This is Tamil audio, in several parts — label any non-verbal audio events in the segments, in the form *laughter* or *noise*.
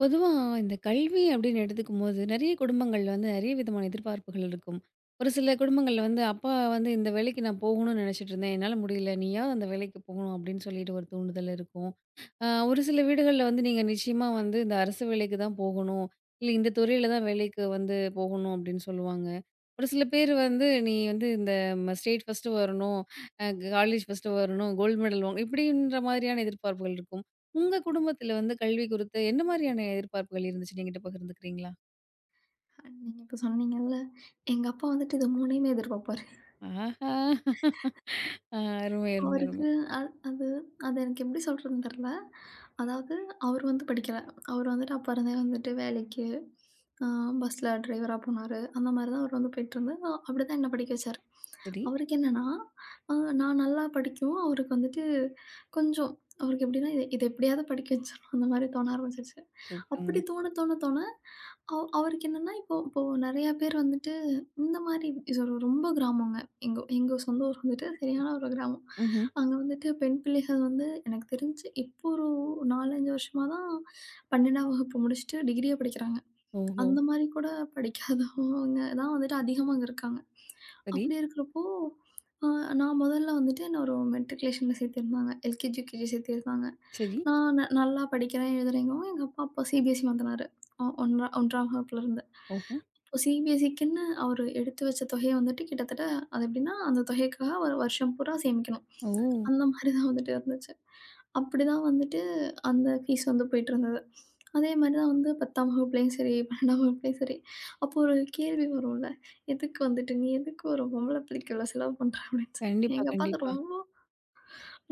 பொதுவா இந்த கல்வி அப்படின்னு எடுத்துக்கும்போது, நெறைய குடும்பங்கள்ல வந்து நெறைய விதமான எதிர்பார்ப்புகள் இருக்கும். ஒரு சில குடும்பங்கள்ல வந்து, "அப்பா வந்து இந்த வேலைக்கு நான் போகணும்னு நெனைச்சிட்டு இருந்தேன். என்னால முடியல. நீயாவது அந்த வேலைக்கு போகணும்." அப்படின்னு சொல்லிட்டு ஒரு தூண்டுதல் இருக்கும். ஒரு சில வீடுகள்ல வந்து, "நீங்க நிச்சயமா வந்து இந்த அரசு வேலைக்கு தான் போகணும். இல்ல இந்த துறையில தான் வேலைக்கு வந்து போகணும்." அப்படின்னு சொல்லுவாங்க. ஒரு சில பேர் வந்து, "நீ வந்து இந்த ஸ்டேட் ஃபர்ஸ்ட்டு வரணும். அ காலேஜ் ஃபர்ஸ்ட்டு வரணும். கோல்டு மெடல் வாங்கணும்." இப்படின்ற மாதிரியான எதிர்பார்ப்புகள் இருக்கும். உங்க குடும்பத்துல வந்து கல்வி குறித்து என்ன மாதிரியான எதிர்பார்ப்புகள் இருந்துச்சு? என்கிட்ட பகிர்ந்துக்கிறீங்களா? அண்ட் நீங்க இப்ப சொன்னீங்கல்ல, எங்க அப்பா வந்துட்டு இத 3யுமே எதிர்பார்ப்பாரு. ஆஹா! அ அருமை, அருமை, அருமை. அவருக்கு அ அது அது எனக்கு எப்படி சொல்றதுன்னு தெர்ல. அதாவது அவர் வந்து படிக்கல. அவர் வந்துட்டு அப்ப இருந்தே வந்துட்டு வேலைக்கு அ பஸ்ல டிரைவரா போனாரு. அந்த மாரி தான் அவர் வந்து போயிட்டுருந்தது. அப்படிதான் என்ன படிக்க வச்சாரு. சரி. அவருக்கு என்னன்னா, அ நான் நல்லா படிக்கவும், அவருக்கு வந்துட்டு கொஞ்சம் அவருக்கு எப்படின்னா, இத இத எப்படியாவது படிக்க வச்சுரணும் அந்த மாரி தோண ஆரம்பிச்சுருச்சு. சூப்பர். சூப்பருங்க. அப்படி தோண தோண தோண அவருக்கு என்னன்னா, இப்போ இப்போ நெறைய பேர் வந்துட்டு இந்த மாரி இது ஒரு ரொம்ப கிராமங்க. எங்க எங்க சொந்த ஊர் வந்துட்டு சரியான ஒரு கிராமம். ம்ஹ்ம். அங்க வந்துட்டு பெண் பிள்ளைகள் வந்து எனக்கு தெரிஞ்சு இப்போ ஒரு 4, 5 வருஷமா தான் 12ஆம் வகுப்பு முடிச்சுட்டு டிகிரியே படிக்கிறாங்க. ஓஹோ! அந்த மாரி கூட படிக்காதவங்க தான் வந்துட்டு அதிகமா அங்க இருக்காங்க. சரி, அப்படி இருக்கிறப்போ, அ நான் முதல்ல வந்துட்டு என்ன ஒரு மெட்ரிகுலேஷன்ல சேர்த்திருந்தாங்க. LKG, UKG சேர்த்திருந்தாங்க. சரி. நான் நல்லா படிக்கிறேன், எழுதுறேங்கவும் எங்க அப்பா அப்போ சிபிஎஸ்சி மாத்துனாரு. ஒன்றா 1ஆம் வகுப்புலருந்து. ஓஹோ! அப்போ சிபிஎஸ்சிக்குன்னு அவரு எடுத்து வச்ச தொகைய வந்துட்டு கிட்டத்தட்ட அது எப்படின்னா, அந்த தொகைக்காக ஒரு வருஷம் பூரா சேமிக்கணும். ஓ! அந்த மாரி தான் வந்துட்டு இருந்துச்சு. அப்படிதான் வந்துட்டு அந்த ஃபீஸ் வந்து போயிட்டுருந்தது. அதே மாரி தான் வந்து 10ஆம் வகுப்புலயும் சரி, 12ஆம் வகுப்புலயும் சரி, அப்போ ஒரு கேள்வி வரும்ல. "எதுக்கு வந்துட்டு நீ எதுக்கு ஒரு பொம்பள பிள்ளைக்கு இவ்வளோ செலவு பண்ற?" அப்படின்னு சொல்லி. கண்டிப்பா, எங்க அப்பா அத கண்டிப்பா. ரொம்ப,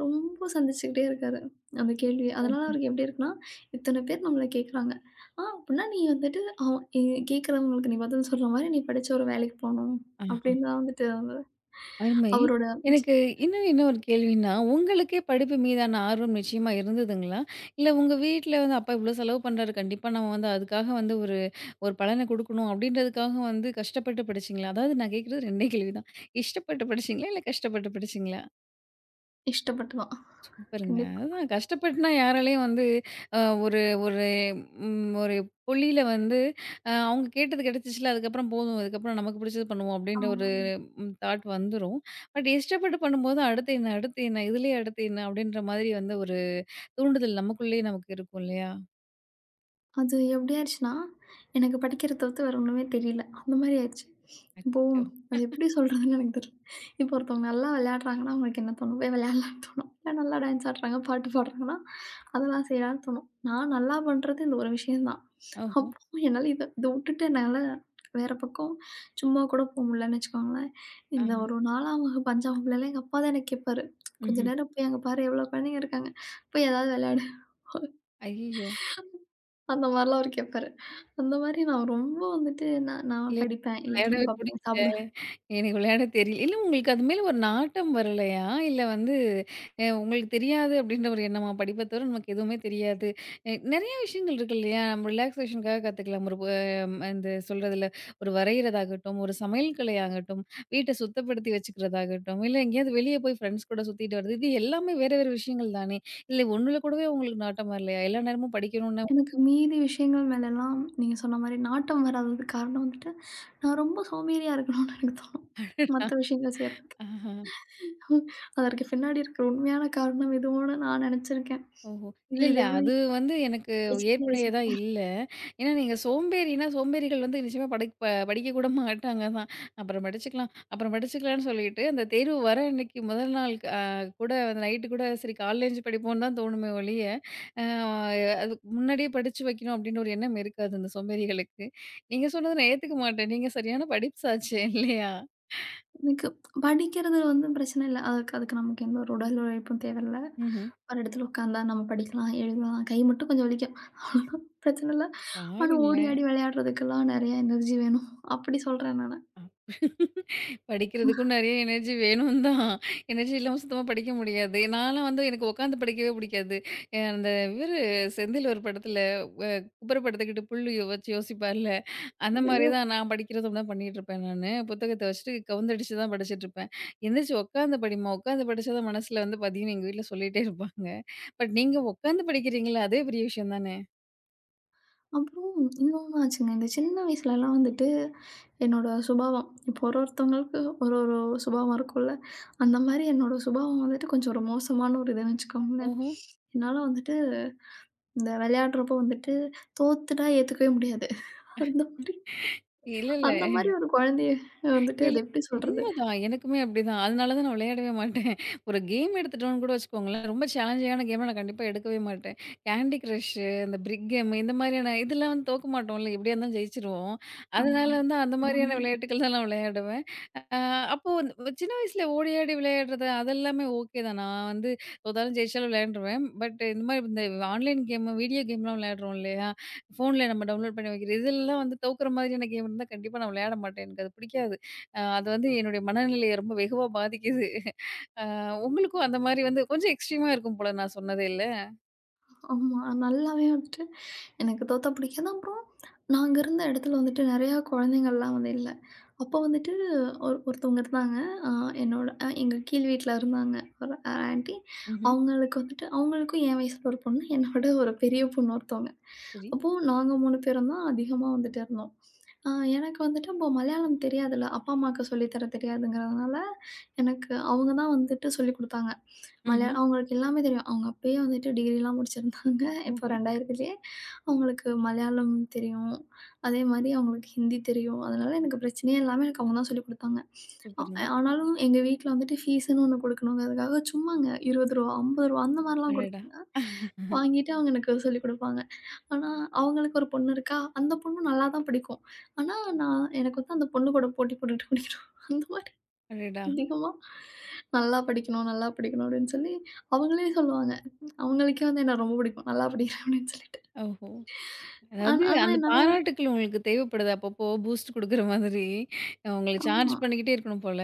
ரொம்ப சந்திச்சுக்கிட்டே இருக்காரு, அந்த கேள்விய. ஓ! அதனால அவருக்கு எப்படி இருக்குன்னா, இத்தன பேர் நம்மள கேட்குறாங்க. ஆ அப்படின்னா நீ வந்துட்டு அவ எ கேட்கிறவங்களுக்கு நீ பதில் சொல்ற மாரி நீ படிச்சு ஒரு வேலைக்கு போணும். ஆஹா! அப்படின்னு தான் வந்துட்டு அவரு அருமை. அவரோட எனக்கு இன்னும் என்ன ஒரு கேள்வின்னா, உங்களுக்கே படிப்பு மீதான ஆர்வம் நிச்சயமா இருந்ததுங்களா? இல்ல உங்க வீட்ல வந்து அப்பா இவ்ளோ செலவு பண்றாரு. கண்டிப்பா நம்ம வந்து அதுக்காக வந்து ஒரு ஒரு பலன குடுக்கணும் அப்டின்றதுக்காக வந்து கஷ்டப்பட்டு படிச்சீங்களா? அதாவது நான் கேட்கறது 2டே கேள்வி தான். இஷ்டப்பட்டு படிச்சீங்களா? இல்ல கஷ்டப்பட்டு படிச்சீங்களா? இஷ்டப்பட்டு தான். சூப்பருங்க. கண்டிப்பா. அதுதான் கஷ்டப்பட்டுனா யாராலயும் வந்து அ ஒரு ஒரு ம் ஒரு புள்ளியில வந்து அவங்க கேட்டது கிடைச்சிச்சுல்ல, அதுக்கப்புறம் போதும். இதுக்கப்புறம் நமக்கு பிடிச்சது பண்ணுவோம் அப்டின்ற ஆமா. ஒரு தாட் வந்துரும். பட் இஷ்டப்பட்டு பண்ணும்போது அடுத்து என்ன? அடுத்து என்ன? இதுலயே அடுத்து என்ன? அப்டின்ற மாதிரி வந்து ஒரு தூண்டுதல் நமக்குள்ளேயே நமக்கு இருக்கும் இல்லையா? அது எப்படி ஆயிருச்சுன்னா, எனக்கு படிக்கிறத தவிர்த்து வேற ஒண்ணுமே தெரியல. அந்த மாரி ஆயிருச்சு. இப்போ அச்சச்சோ! அது எப்படி சொல்றதுன்னு எனக்கு தெரியல. இப்போ ஒருத்தவங்க நல்லா விளையாடுறாங்கன்னா, அவங்களுக்கு என்ன தோணும்? போய் விளையாடலான்னு தோணும். இல்ல நல்லா டான்ஸ் ஆடுறாங்க, பாட்டு பாடுறாங்கன்னா, அதெல்லாம் செய்யலான்னு தோணும். நான் நல்லா பண்றது இந்த ஒரு விஷயம் தான். ஓஹோ! அப்போ என்னால இத இத விட்டுட்டு என்னால வேற பக்கம் சும்மா கூட போ முடியலன்னு வச்சுக்கோங்களேன். இந்த ஆஹ. ஒரு 4ஆம் வகுப்பு, 5ஆம் வகுப்புலலாம் எங்க அப்பா தான் என்ன கேட்பாரு. "கொஞ்ச ம்ஹ்ம். நேரம் போய் அங்க பாரு எவ்வளோ குழந்தைங்க இருக்காங்க. போய் ஏதாவது விளையாடு." ஐயய்யோ! அந்த மாரிலாம் அவரு கேட்பாரு. அந்த மாரி நான் ரொம்ப வந்துட்டு நான் இல்ல நான் படிப்பேன். இல்லாட்டி விளையாடவே புடிக்கல. பார்ப்பேன், சாப்பிடுவேன். எனக்கு விளையாட தெரியல. இல்ல உங்களுக்கு அது மேல ஒரு நாட்டம் வரலையா? இல்ல வந்து உங்களுக்கு தெரியாது அப்டின்ற ஒரு எண்ணமா? படிப்ப தவிர நமக்கு எதுவுமே தெரியாது. நெறைய விஷயங்கள் இருக்கு இல்லையா? நம்ம ரிலாக்சேஷனுக்காக கத்துக்கலாம். ஒரு இந்த சொல்றதுல ஒரு வரையிறதாகட்டும், ஒரு சமையல் கலையாகட்டும், வீட்ட சுத்தப்படுத்தி வச்சுக்கிறதாகட்டும், இல்ல எங்கேயாவது வெளிய போய் ஃப்ரெண்ட்ஸ் கூட சுத்திட்டு வர்றது. இது எல்லாமே வேற வேற விஷயங்கள் தானே! இல்ல ஒண்ணுல கூடவே உங்களுக்கு நாட்டம் வரலையா? எல்லா நேரமும் படிக்கணும்னா எனக்கு மீதி விஷயங்கள் மேலலாம் நீங்க சொன்ன மாரி நாட்டம் வராததுக்கு காரணம் வந்துட்டு, நான் ரொம்ப சோம்பேறியா இருக்கணும்னு எனக்கு தோணும். மத்த விஷயங்கள் செய்றதுக்கு. ஆஹ. *laughs* அதற்கு பின்னாடி இருக்கிற உண்மையான காரணம் இதுவோன்னு நான் நெனச்சிருக்கேன். ஓஹோ! இது இல்ல, இல்ல. இது எவ்வளோ அது வந்து எனக்கு படிச்சுட்டு ஏற்புடையதா வச்சுருப்பேன். இல்ல. ஏன்னா, நீங்க சோம்பேறினா, சோம்பேறிகள் வந்து நிச்சயமா படிக்க கூட மாட்டாங்க தான். அப்புறம் படிச்சுக்கலாம், அப்புறம் படிச்சுக்கலாம்ன்னு சொல்லிட்டு, அந்த தேர்வு வர அன்னைக்கு முதல் நாள் கூட நைட்டு கூட சரி காலைல எழுஞ்சு படிப்போம்ன்னு தான் தோணுமே ஒழிய, அ அதுக்கு முன்னாடியே படிச்சு வைக்கணும் அப்டின்னு ஒரு எண்ணம் இருக்காது அந்த சோம்பேறிகளுக்கு. நீங்க சொன்னத நான் ஏத்துக்க மாட்டேன். நீங்க சரியான படிப்ஸ் ஆச்சே இல்லையா? எனக்கு படிக்கிறது வந்து பிரச்சனை இல்ல. அதுக்கு அதுக்கு நமக்கு எந்த ஒரு உடல் உழைப்பும் தேவையில்ல. ம்ஹ்ம். ஒரு இடத்துல உட்காந்தா நம்ம படிக்கலாம், எழுதலாம். கை மட்டும் கொஞ்சம் வலிக்கும். அவ்வளோதான். பிரச்சனை இல்ல. ஆனா ஓடி பாருங்களேன்! ஆடி விளையாடுறதுக்கெல்லாம் நெறைய எனர்ஜி வேணும். அப்படி சொல்றேன் நானு. படிக்கிறதுக்கும் நெறைய எனர்ஜி வேணும் தான். எனர்ஜி இல்லாம சுத்தமா படிக்க முடியாது. நான்லாம் வந்து எனக்கு உட்காந்து படிக்கவே பிடிக்காது. அந்த இவரு செந்தில் ஒரு படத்துல வ குப்புற படுத்துக்கிட்டு புல்லு வச்சு யோசிப்பார்ல, அந்த மாரி ஐயய்யோ! தான் நான் படிக்கிறதும் அப்படிதான் பண்ணிட்டுருப்பேன் நானு. புத்தகத்த வச்சுட்டு கவுந்தடிச்சு தான் படிச்சுட்டுருப்பேன். "எந்திரிச்சு உட்காந்து படிம்மா, உட்காந்து படிச்சா தான் மனசுல வந்து பதியும்னு" எங்க வீட்ல சொல்லிட்டே இருப்பாங்க. பட் நீங்க உட்காந்து படிக்கிறீங்கல்ல, அதே பெரிய விஷயம் தானே! அப்புறம் இன்னொன்னு ஆச்சுங்க. இந்த சின்ன வயசுலலாம் வந்துட்டு என்னோட சுபாவம் இப்போ ஒரு ஒருத்தவங்களுக்கு ஒரு ஒரு சுபாவம் இருக்கும்ல. அந்த மாரி என்னோட சுபாவம் வந்துட்டு கொஞ்சம் ஒரு மோசமான ஒரு இதுன்னு வச்சுக்கோங்களேன். ஓஹோ! என்னால வந்துட்டு இந்த விளையாடுறப்போ வந்துட்டு தோத்துட்டா ஏத்துக்கவே முடியாது. அந்த மாரி இல்ல, இல்ல. அந்த மாரி ஒரு குழந்தைய வந்துட்டு இல்ல, இல்ல. அது எப்படி சொல்றது? உண்மதான். எனக்குமே அப்படிதான். அதனால தான் நான் விளையாடவே மாட்டேன். ஒரு கேம் எடுத்துட்டோம்னு கூட வச்சுக்கோங்களேன், ரொம்ப சேலஞ்சிங்கான கேம நான் கண்டிப்பா எடுக்கவே மாட்டேன். கேண்டி கிரஷ்ஷு, இந்த பிரிக் கேம் இந்த மாதிரியான இதெல்லாம் வந்து தோக்க மாட்டோம்ல, எப்படியா இருந்தாலும் ஜெயிச்சுருவோம். ஆ அதனால வந்து அந்த மாதிரியான விளையாட்டுகள் தான் நான் விளையாடுவேன். அ அப்போ வந்து சின்ன வயசுல ஓடி ஆடி விளையாடுறது அதெல்லாமே ஓகே தான். நான் வந்து தோத்தாலும் ஜெயிச்சாலும் விளையாண்டுருவேன். பட் இந்த மாதிரி இந்த ஆன்லைன் கேமு, வீடியோ கேம்லாம் விளையாடுறோம் இல்லையா? ஃபோன்ல நம்ம டவுன்லோட் பண்ணி வைக்கிறது, இதெல்லாம் வந்து தோக்குற மாதிரியான கேம் இருந்தா கண்டிப்பா நான் விளையாட மாட்டேன். எனக்கு அது பிடிக்காது. அது வந்து என்னுடைய மனநிலைய ரொம்ப வெகுவா பாதிக்குது. உங்களுக்கும் அந்த மாரி வந்து கொஞ்சம் எக்ஸ்ட்ரீமா இருக்கும் போல நான் சொன்னது இல்ல? ஆமா. நல்லாவே வந்துட்டு எனக்கு தோத்தா பிடிக்காது. அப்புறம் நாங்க இருந்த இடத்துல வந்துட்டு நெறையா குழந்தைங்கள்லாம் வந்து இல்ல. அப்போ வந்துட்டு ஒருத்தவங்க இருந்தாங்க. அ என்னோட எங்க கீழ் வீட்ல இருந்தாங்க. ஒரு ஆன்டி. ம்ஹ்ம். அவங்களுக்கு வந்துட்டு அவங்களுக்கும் என் வயசுல ஒரு பொண்ணு, என்ன விட ஒரு பெரிய பொண்ணு ஒருத்தவங்க. சரி. அப்போ நாங்க 3 பேரும் தான் அதிகமா வந்துட்டு இருந்தோம். அ எனக்கு வந்துட்டு அப்போ மலையாளம் தெரியாதுல்ல. அப்பா, அம்மாவுக்கு சொல்லி தர தெரியாதுங்கிறதுனால, எனக்கு அவங்க தான் வந்துட்டு சொல்லிக் குடுத்தாங்க. ம்ஹ்ம். அவங்களுக்கு எல்லாமே தெரியும். அவங்க அப்பயே வந்துட்டு டிகிரிலாம் முடிச்சிருந்தாங்க. இப்போ ஓஹோ! 2000த்திலேயே அவங்களுக்கு மலையாளம் தெரியும். அதே மாரி அவங்களுக்கு ஹிந்தி தெரியும். அதனால எனக்கு பிரச்சனையே இல்லாம எனக்கு அவங்க தான் சொல்லிக் குடுத்தாங்க. அ சூப்பருங்க. ஆனாலும் எங்க வீட்ல வந்துட்டு ஃபீஸ்ன்னு ஒண்ணு குடுக்கணுங்கிறதுக்காக சும்மாங்க ரூ. 20 ரூ. 50 அந்த மாரிலாம் அடடா! குடுத்தாங்க. வாங்கிட்டு அவங்க எனக்கு சொல்லிக் குடுப்பாங்க. ஆனா, அவங்களுக்கு ஒரு பொண்ணு இருக்கா, அந்த பொண்ணு நல்லா தான் படிக்கும். ஆனா, நான் எனக்கு வந்து அந்த பொண்ணு கூட போட்டி போட்டுட்டு படிக்கணும். அந்த மாரி அடடா! அதிகமா நல்லா படிக்கணும், நல்லா படிக்கணும் அப்படின்னு சொல்லி அவங்களே சொல்லுவாங்க. அவங்களுக்கே வந்து என்ன ரொம்ப பிடிக்கும். நல்லா படிக்கிறேன் அப்படின்னு சொல்லிட்டு. ஓஹோ! அதாவது ஆனா ஆனா அந்த என்னால பாராட்டுக்கள் உங்களுக்கு தேவைப்படுது. அப்பப்போ பூஸ்ட் குடுக்குற மாதிரி உங்கள சார்ஜ் ஆமா. பண்ணிக்கிட்டே இருக்கணும் போல.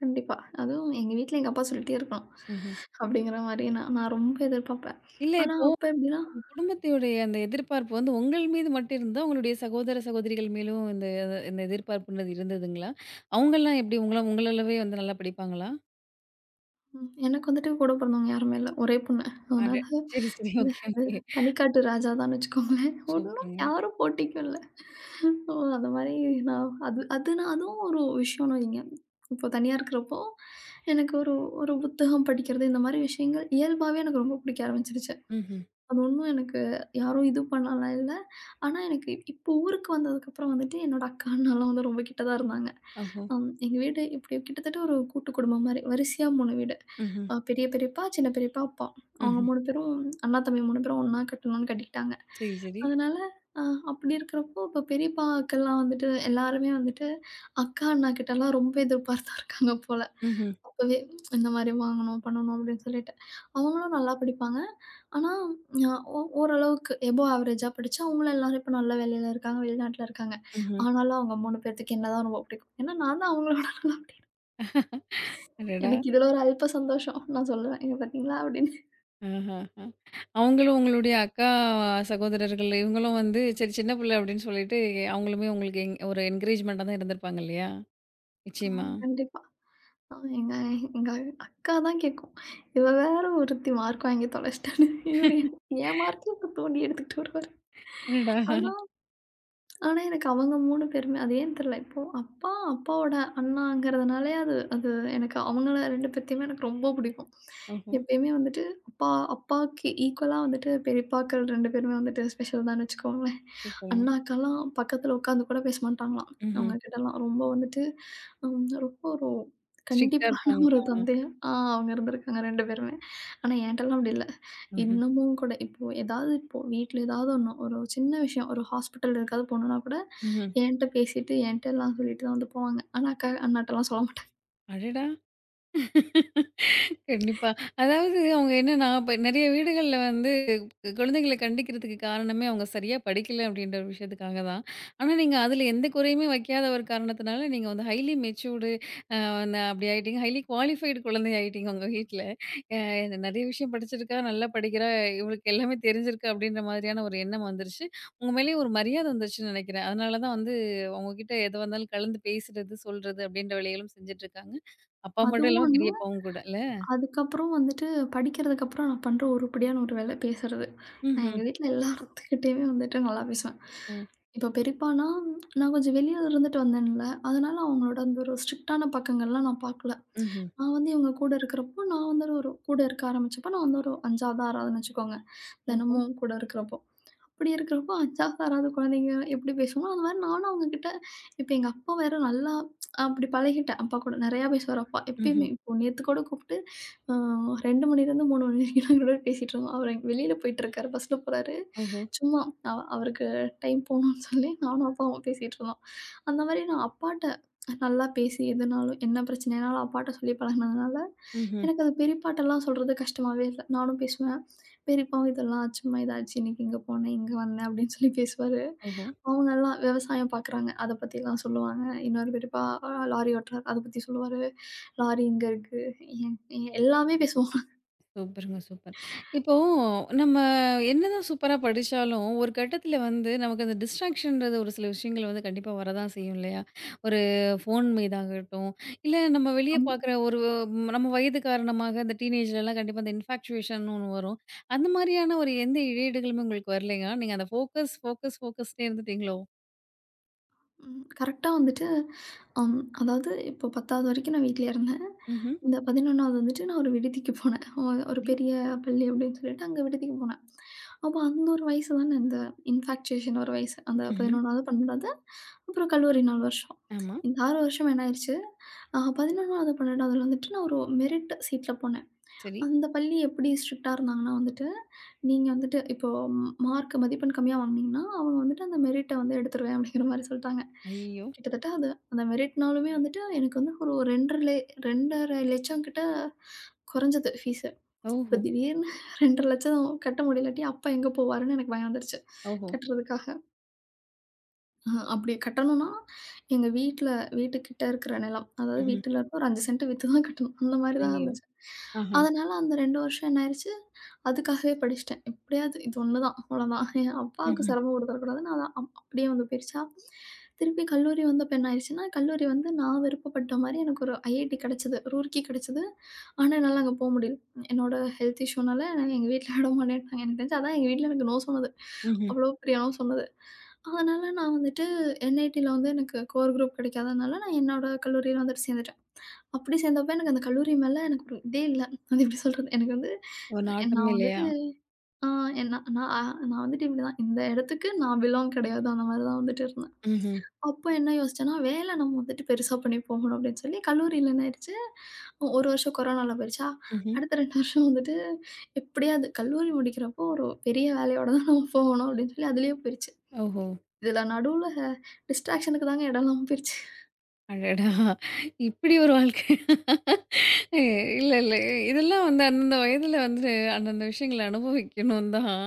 கண்டிப்பா. அதுவும் எங்க வீட்ல எங்க அப்பா சொல்லிட்டே இருக்கணும். ம்ஹ்ம். அப்படிங்கிற மாரி நான் நான் ரொம்ப எதிர்பார்ப்பேன். இல்ல ஆனா இப்போ அப்ப எப்படின்னா, உங்க குடும்பத்தினுடைய அந்த எதிர்பார்ப்பு வந்து உங்கள் மீது மட்டும் இருந்ததா? உங்களுடைய சகோதர, சகோதரிகள் மேலும் இந்த இந்த எதிர்பார்ப்புன்றது இருந்ததுங்களா? அவங்கலாம் எப்டி உங்கள உங்கள அளவே வந்து நல்லா படிப்பாங்களா? எனக்கு வந்துட்டு கூட பிறந்தவங்க யாருமே இல்ல. ஒரே பொண்ணு. அட! அதனால சரி, சரி. இந்த ஓகே, ஓகே. தனிக்காட்டு ராஜா தான்னு வச்சுக்கோங்களேன். ஒண்ணும் சூப்பருங்க. யாரும் போட்டிக்கும் இல்ல. ஓ! அந்த மாரி நான் அது அது நான் அதுவும் ஒரு விஷயம்னு வைங்க. இப்போ தனியா இருக்கிறப்போ, எனக்கு ஒரு ஒரு புத்தகம் படிக்கிறது இந்த மாரி விஷயங்கள் இயல்பாவே எனக்கு ரொம்ப பிடிக்க ஆரம்பிச்சுருச்சு. ம்ஹ்ம். அது ஒண்ணும் எனக்கு யாரும் இது பண்ணலாம் இல்ல. ஆனா எனக்கு இப்போ ஊருக்கு வந்ததுக்கப்புறம் வந்துட்டு என்னோட அக்கா, அண்ணாலாம் வந்து ரொம்ப கிட்ட தான் இருந்தாங்க. ஓஹோ! எங்க வீடு இப்படி கிட்டத்தட்ட ஒரு கூட்டு குடும்பம் மாரி. வரிசையா 3 வீடு. ம்ஹ்ம். பெரிய பெரியப்பா, சின்ன பெரியப்பா, அப்பா. அவங்க ம்ஹ்ம். 3 பேரும் அண்ணா, தம்பி 3 பேரும் ஒண்ணா கட்டணும்னு கட்டிக்கிட்டாங்க. சரி, சரி. அதனால அ அப்படி இருக்கிறப்போ, இப்போ பெரியப்பாக்கெல்லாம் வந்துட்டு எல்லாருமே வந்துட்டு அக்கா, அண்ணா கிட்டலாம் ரொம்ப எதிர்பார்த்தா இருக்காங்க போல. ம்ஹ்ம். அப்பவே இந்த மாரி வாங்கணும், பண்ணணும் அப்படின்னு சொல்லிட்டு. அவங்களும் நல்லா படிப்பாங்க. ஆனா நான் ஓரளவுக்கு எபோவ் ஆவரேஜா படிச்சேன். அவங்களும் எல்லாரும் இப்ப நல்ல வேலையில இருக்காங்க, வெளிநாட்டுல இருக்காங்க. ம்ஹ்ம். ஆனாலும் அவங்க 3 பேத்துக்கு என்னதான் ரொம்ப பிடிக்கும். ஏன்னா நான் தான் அவங்களோட நல்லா. அடடா! எனக்கு இதுல ஒரு அல்ப சந்தோஷம். நான் சொல்லுவேன், "இங்க பாத்தீங்களா?" அப்படின்னு. ஆஹா! ஆ. அவங்களும் உங்களுடைய அக்கா சகோதரர்கள் இவங்களும் வந்து சரி சின்ன பிள்ளை அப்படின்னு சொல்லிட்டு அவங்களுமே உங்களுக்கு என் ஒரு என்கரேஜ்மெண்ட்டா தான் இருந்திருப்பாங்க இல்லையா? ஆ நிச்சயமா. கண்டிப்பா. ஆ எங்க எங்க அக்கா தான் கேக்கும். "இவ வேற ஒருத்தி மார்க் வாங்கி தொலைச்சிட்டான்னு." இவரு என் மார்க்கே இப்ப தோண்டி எடுத்துக்கிட்டு வருவாரு. அடடா! ஆனா ஆனா, எனக்கு அவங்க 3 பேருமே அது ஏன்னு தெரியல. இப்போ அப்பா, அப்பாவோட அண்ணாங்கிறதுனாலே அது அது எனக்கு அவங்கள 2 பேத்தையுமே எனக்கு ரொம்ப பிடிக்கும். ஓஹோ! எப்பயுமே வந்துட்டு அப்பா அப்பாவுக்கு ஈக்குவலா வந்துட்டு பெரியப்பாக்கள் 2 பேருமே வந்துட்டு ஸ்பெஷல் தான்னு வச்சுக்கோங்களேன். சூப்பருங்க. அண்ணாக்கெல்லாம் பக்கத்துல உட்காந்து கூட பேச மாட்டாங்களாம். ம்ஹ்ம். அவங்க கிட்டலாம் ரொம்ப வந்துட்டு ரொம்ப ஒரு ஸ்ட்ரிக்ட்டா கண்டிப்பான ஒரு இருப்பாங்களா? தந்தையா அவங்க இருந்திருக்காங்க 2 பேருமே. ஆனா என்ட்டலாம் அப்படி இல்ல. ம்ஹ்ம். இன்னமும் கூட இப்போ ஏதாவது இப்போ வீட்ல ஏதாவது ஒண்ணு, ஒரு சின்ன விஷயம், ஒரு ஹாஸ்பிட்டல் எதுக்காவது போணும்னா கூட, ம்ஹ்ம். என்ட்ட பேசிட்டு, என்ட்ட எல்லாம் சொல்லிட்டு தான் வந்து போவாங்க. ஆனா அக்கா, அண்ணாட்டலாம் சொல்ல மாட்டாங்க. அடடா! கண்டிப்பா. அதாவது அவங்க என்னன்னா, இப்ப நெறைய வீடுகள்ல வந்து குழந்தைகள கண்டிக்கிறதுக்கு காரணமே அவங்க சரியா படிக்கல அப்படின்ற ஒரு விஷயத்துக்காக தான். ஆனா, நீங்க அதுல எந்த குறையுமே வைக்காத ஒரு காரணத்தினால, நீங்க வந்து ஹைலி மெச்சூர்டு வந்து அப்படி ஆயிட்டீங்க. ஹைலி குவாலிஃபைடு குழந்தை ஆயிட்டீங்க உங்க வீட்ல. அ நெறைய விஷயம் படிச்சிருக்கா, நல்லா படிக்கிறா, இவளுக்கு எல்லாமே தெரிஞ்சிருக்கு அப்படின்ற மாதிரியான ஒரு எண்ணம் வந்துருச்சு. உங்க மேலேயும் ஒரு மரியாதை வந்துருச்சுன்னு நெனைக்கிறேன். அதனால தான் வந்து உங்ககிட்ட எதுவா இருந்தாலும் கலந்து பேசுறது, சொல்றது அப்படின்ற வேலைகளும் செஞ்சுட்டுருக்காங்க. அப்பா மட்டும் அதுவும் இல்லாம ஒண்ணு, பெரியப்பாவும் கூட இல்ல? அதுக்கப்புறம் வந்துட்டு படிக்கிறதுக்கப்புறம் நான் பண்ற உருப்படியான ஒரு வேலை பேசுறது. நான் ம்ஹ்ம். எங்க வீட்ல எல்லாத்துக்கிட்டயுமே வந்துட்டு நல்லா பேசுவேன். ஓ! இப்போ பெரியப்பான்னா, நான் கொஞ்சம் வெளியில இருந்துட்டு வந்தேன்ல, அதனால அவங்களோட அந்த ஒரு ஸ்ட்ரிக்ட்டான பக்கங்கள்லாம் நான் பார்க்கல. ம்ஹ்ம். நான் வந்து இவங்க கூட இருக்கிறப்போ, நான் வந்து ஒரு கூட இருக்க ஆரம்பிச்சப்போ, நான் வந்து ஒரு 5வது, 6வதுன்னு வச்சுக்கோங்க. ஓஹோ! தினமும் கூட இருக்கிறப்போ. அப்படி இருக்கிறப்போ, அச்சா சாராத குழந்தைங்க எப்படி பேசுமோ, அது மாரி நானும் அவங்க கிட்ட இப்ப எங்க அப்பா வேற நல்லா அப்படி பழகிட்டேன். அப்பா கூட நெறையா பேசுவாரு அப்பா. எப்பயுமே ம்ஹ்ம். இப்போ நேத்து கூட கூப்ட்டு, அ 2 மணிலேருந்து 3 மணி வரைக்கும் நாங்க 2 பேரும் பேசிட்டு இருந்தோம். அவரு வெளியில போயிட்டுருக்காரு, பஸ்ல போறாரு. ஓஹோ! சும்மா அவருக்கு டைம் போகணும்னு சொல்லி நானும் அப்பாவும் பேசிட்டு இருந்தோம். அந்த மாரி நான் அப்பாட்ட நல்லா பேசி எதுனாலும் என்ன பிரச்சனைனாலும் அப்பாட்ட சொல்லி பழகுனதுனால, ம்ஹ்ம். எனக்கு அது பெரியப்பாட்டலாம் சொல்றது கஷ்டமாவே இல்ல. நானும் பேசுவேன். பெரியப்பாவும் இதெல்லாம் ஆச்சும்மா, இது ஆச்சு, இன்னைக்கு இங்க போனேன், இங்க வந்தேன் அப்படின்னு சொல்லி பேசுவாரு. ஓஹோ! அவங்கலாம் விவசாயம் பார்க்குறாங்க. அத பத்திலாம் சொல்லுவாங்க. இன்னொரு பெரியப்பா லாரி ஓட்டுறாரு. அத பத்தி சொல்லுவாரு. லாரி இங்க இருக்கு. எல்லாமே பேசுவோம். சூப்பருங்க, சூப்பர். இப்போ நம்ம என்னதான் சூப்பரா படிச்சாலும், ஒரு கட்டத்தில வந்து நமக்கு அந்த டிஸ்ட்ராக்ஷன்றது ஒரு சில விஷயங்கள் வந்து கண்டிப்பா வரதான் செய்யும் இல்லையா? ஒரு ஃபோன் மீதாகட்டும், இல்ல நம்ம வெளிய ஆமா. பார்க்குற ஒரு நம்ம வயது காரணமாக இந்த டீனேஜ்லலாம் கண்டிப்பா அந்த இன்ஃபாக்சுவேஷன்னு ஒண்ணு வரும். அந்த மாரியான ஒரு எந்த இடையீடுகளுமே உங்களுக்கு வரலைங்களா? நீங்க அந்த ஃபோக்கஸ், ஃபோக்கஸ், ஃபோக்கஸ்ன்னே இருந்துட்டீங்களோ? ம் கரெக்ட்டா வந்துட்டு அம் அதாவது இப்போ 10வது வரைக்கும் நான் வீட்லயே இருந்தேன். ம்ஹ்ம். இந்த 11வது வந்துட்டு நான் ஒரு விடுதிக்கு போனேன். ஒரு சரி. பெரிய பள்ளி அப்படின்னு சொல்லிட்டு அங்க விடுதிக்கு போனேன். அப்ப அந்த ஒரு வயசு தானே இந்த இன்ஃபேக்சுவேஷன் ஒரு வயசு. அந்த ம்ஹ்ம். 11வது, 12வது அப்புறம் கல்லூரி 4 வருஷம். ஆமா. இந்த 6 வருஷம் என்ன ஆயிருச்சு, 11வது, 12வதுல வந்துட்டு நான் ஒரு மெரிட் சீட்ல போனேன். சரி. அந்த பள்ளி எப்படி ஸ்ட்ரிக்ட்டா இருந்தாங்கன்னா வந்துட்டு, நீங்க வந்துட்டு இப்போ மார்க் மதிப்பெண் கம்மியா வாங்குனீங்கன்னா, அவங்க வந்துட்டு அந்த மெரிட்ட வந்து எடுத்துருவேன் அப்படிங்கிற மாரி சொல்ட்டாங்க. ஐயய்யோ! கிட்டத்தட்ட அது அந்த மெரிட்னாலுமே வந்துட்டு எனக்கு வந்து ஒரு 2 1/2 லட்சம் கிட்ட குறைஞ்சது ஃபீஸு. இப்ப ஓஹோ! திடீர்னு 2 1/2 லட்சம் கட்ட முடியலாட்டி அப்பா எங்க போவாருன்னு எனக்கு பயம் வந்துருச்சு ஓஹோ! கட்டுறதுக்காக. ஆ அப்படி கட்டணும்னா, எங்க வீட்ல வீட்டுக்கிட்ட இருக்கிற நிலம். அதாவது ம்ஹ்ம். வீட்டுல இருந்து ஒரு 5 சென்ட் வித்து தான் கட்டணும். அந்த மாரி தான் ஐயோ! இருந்துச்சு. ஆஹா! அதனால அந்த 2 வருஷம் என்ன ஆயிருச்சு, அதுக்காகவே படிச்சுட்டேன். எப்படியாவது இது ஒண்ணு தான், அவ்வளோதான். என் அப்பாவுக்கு ம்ஹ்ம். சிரமம் கொடுத்துறக்கூடாதுன்னு அதான் அப்படியே வந்து போயிருச்சா. திருப்பி கல்லூரி வந்தப்ப என்ன ஆயிருச்சுன்னா, கல்லூரி வந்து நான் விருப்பப்பட்ட மாரி எனக்கு ஒரு ஐஐடி கிடைச்சது. ரூர்க்கி கிடைச்சது. ஆனா, என்னால அங்க போ முடியல. என்னோட ஹெல்த் இஷ்யூனால எங்க வீட்ல விட மாட்டேன்ட்டாங்க. எனக்கு தெரிஞ்சு அதான் எங்க வீட்ல எனக்கு நோ சொன்னது. ம்ஹ்ம். அவ்வளோ பெரிய நோ சொன்னது. அதனால நான் வந்துட்டு என்ஐடில வந்து எனக்கு கோர் குரூப் கிடைக்காதனால, நான் என்னோட கல்லூரியில வந்துட்டு சேர்ந்துட்டேன். அப்படி சேர்ந்தப்ப எனக்கு அந்த கல்லூரி மேல எனக்கு ஒரு இதே இல்ல. அது எப்படி சொல்றது? எனக்கு வந்து ஒரு ந- நாட்டம் நான் இல்லையா? வந்துட்டு ஆ என்ன நான் அ நான் வந்துட்டு இப்படிதான். இந்த இடத்துக்கு நான் பிலாங் கிடையாது. அந்த மாரி தான் வந்துட்டு இருந்தேன். ம்ஹ்ம். அப்போ என்ன யோசிச்சேன்னா, வேலை நம்ம வந்துட்டு பெருசா பண்ணி போகணும் அப்படின்னு சொல்லி, கல்லூரியில என்ன ஆயிடுச்சு, 1 வருஷம் கொரோனால போயிருச்சா, ம்ஹ்ம். அடுத்த 2 வருஷம் வந்துட்டு எப்படியாவது கல்லூரி முடிக்கிறப்போ ஒரு பெரிய வேலையோட தான் நம்ம போகணும் அப்படின்னு சொல்லி, அதுலயே போயிருச்சு. ஓஹோ! இதுல நடுவுல டிஸ்ட்ராக்ஷனுக்கு தாங்க இடம் இல்லாம போயிருச்சு. அடடா! இப்படி ஒரு வாழ்க்கை. எ இல்ல, இல்ல. இதெல்லாம் வந்து அந்தந்த வயதில வந்து அந்தந்த விஷயங்கள அனுபவிக்கணும் தான்.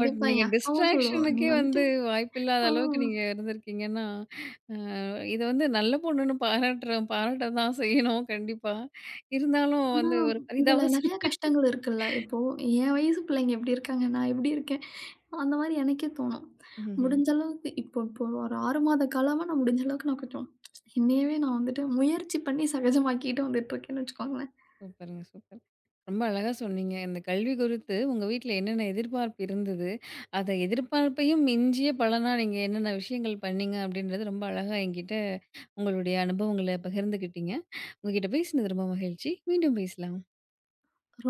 பட் என் நீங்க அக்காவும் சொல்லுவா, "நீ டிஸ்ட்ராக்ஷனுக்கே வந்துட்டு வந்து வாய்ப்பில்லாத ஆ அளவுக்கு நீங்க இருந்திருக்கீங்கன்னா, இத வந்து நல்ல பொண்ணுன்னு பாராட்டுறோம் பாராட்ட தான் செய்யணும் கண்டிப்பா. இருந்தாலும் ஆனா வந்து ஒரு இதுல பரிதாப நெறைய சூழ்நிலை. கஷ்டங்கள் இருக்குல்ல. இப்போ என் வயசு பிள்ளைங்க எப்படி இருக்காங்க? நான் எப்படி இருக்கேன்?" அந்த மாரி எனக்கே தோணும். ம்ஹ்ம். முடிஞ்ச அளவுக்கு இப்போ இப்போ ஒரு 6 மாத காலமா நான் முடிஞ்ச அளவுக்கு நான் கொஞ்சம் என்னையவே நான் வந்துட்டு முயற்சி பண்ணி சகஜமாக்கிட்டு வந்துட்டுருக்கேன்னு வச்சுக்கோங்களேன். சூப்பருங்க, சூப்பர். ரொம்ப அழகா சொன்னீங்க. இந்த கல்வி குறித்து உங்க வீட்ல என்னென்ன எதிர்பார்ப்பு இருந்தது? அத எதிர்பார்ப்பையும் மிஞ்சிய பலனா நீங்க என்னென்ன விஷயங்கள் பண்ணீங்க? அப்படின்றது ரொம்ப அழகா என்கிட்ட உங்களுடைய அனுபவங்கள பகிர்ந்துக்கிட்டீங்க. உங்ககிட்ட பேசினது ரொம்ப மகிழ்ச்சி. மீண்டும் பேசலாம்.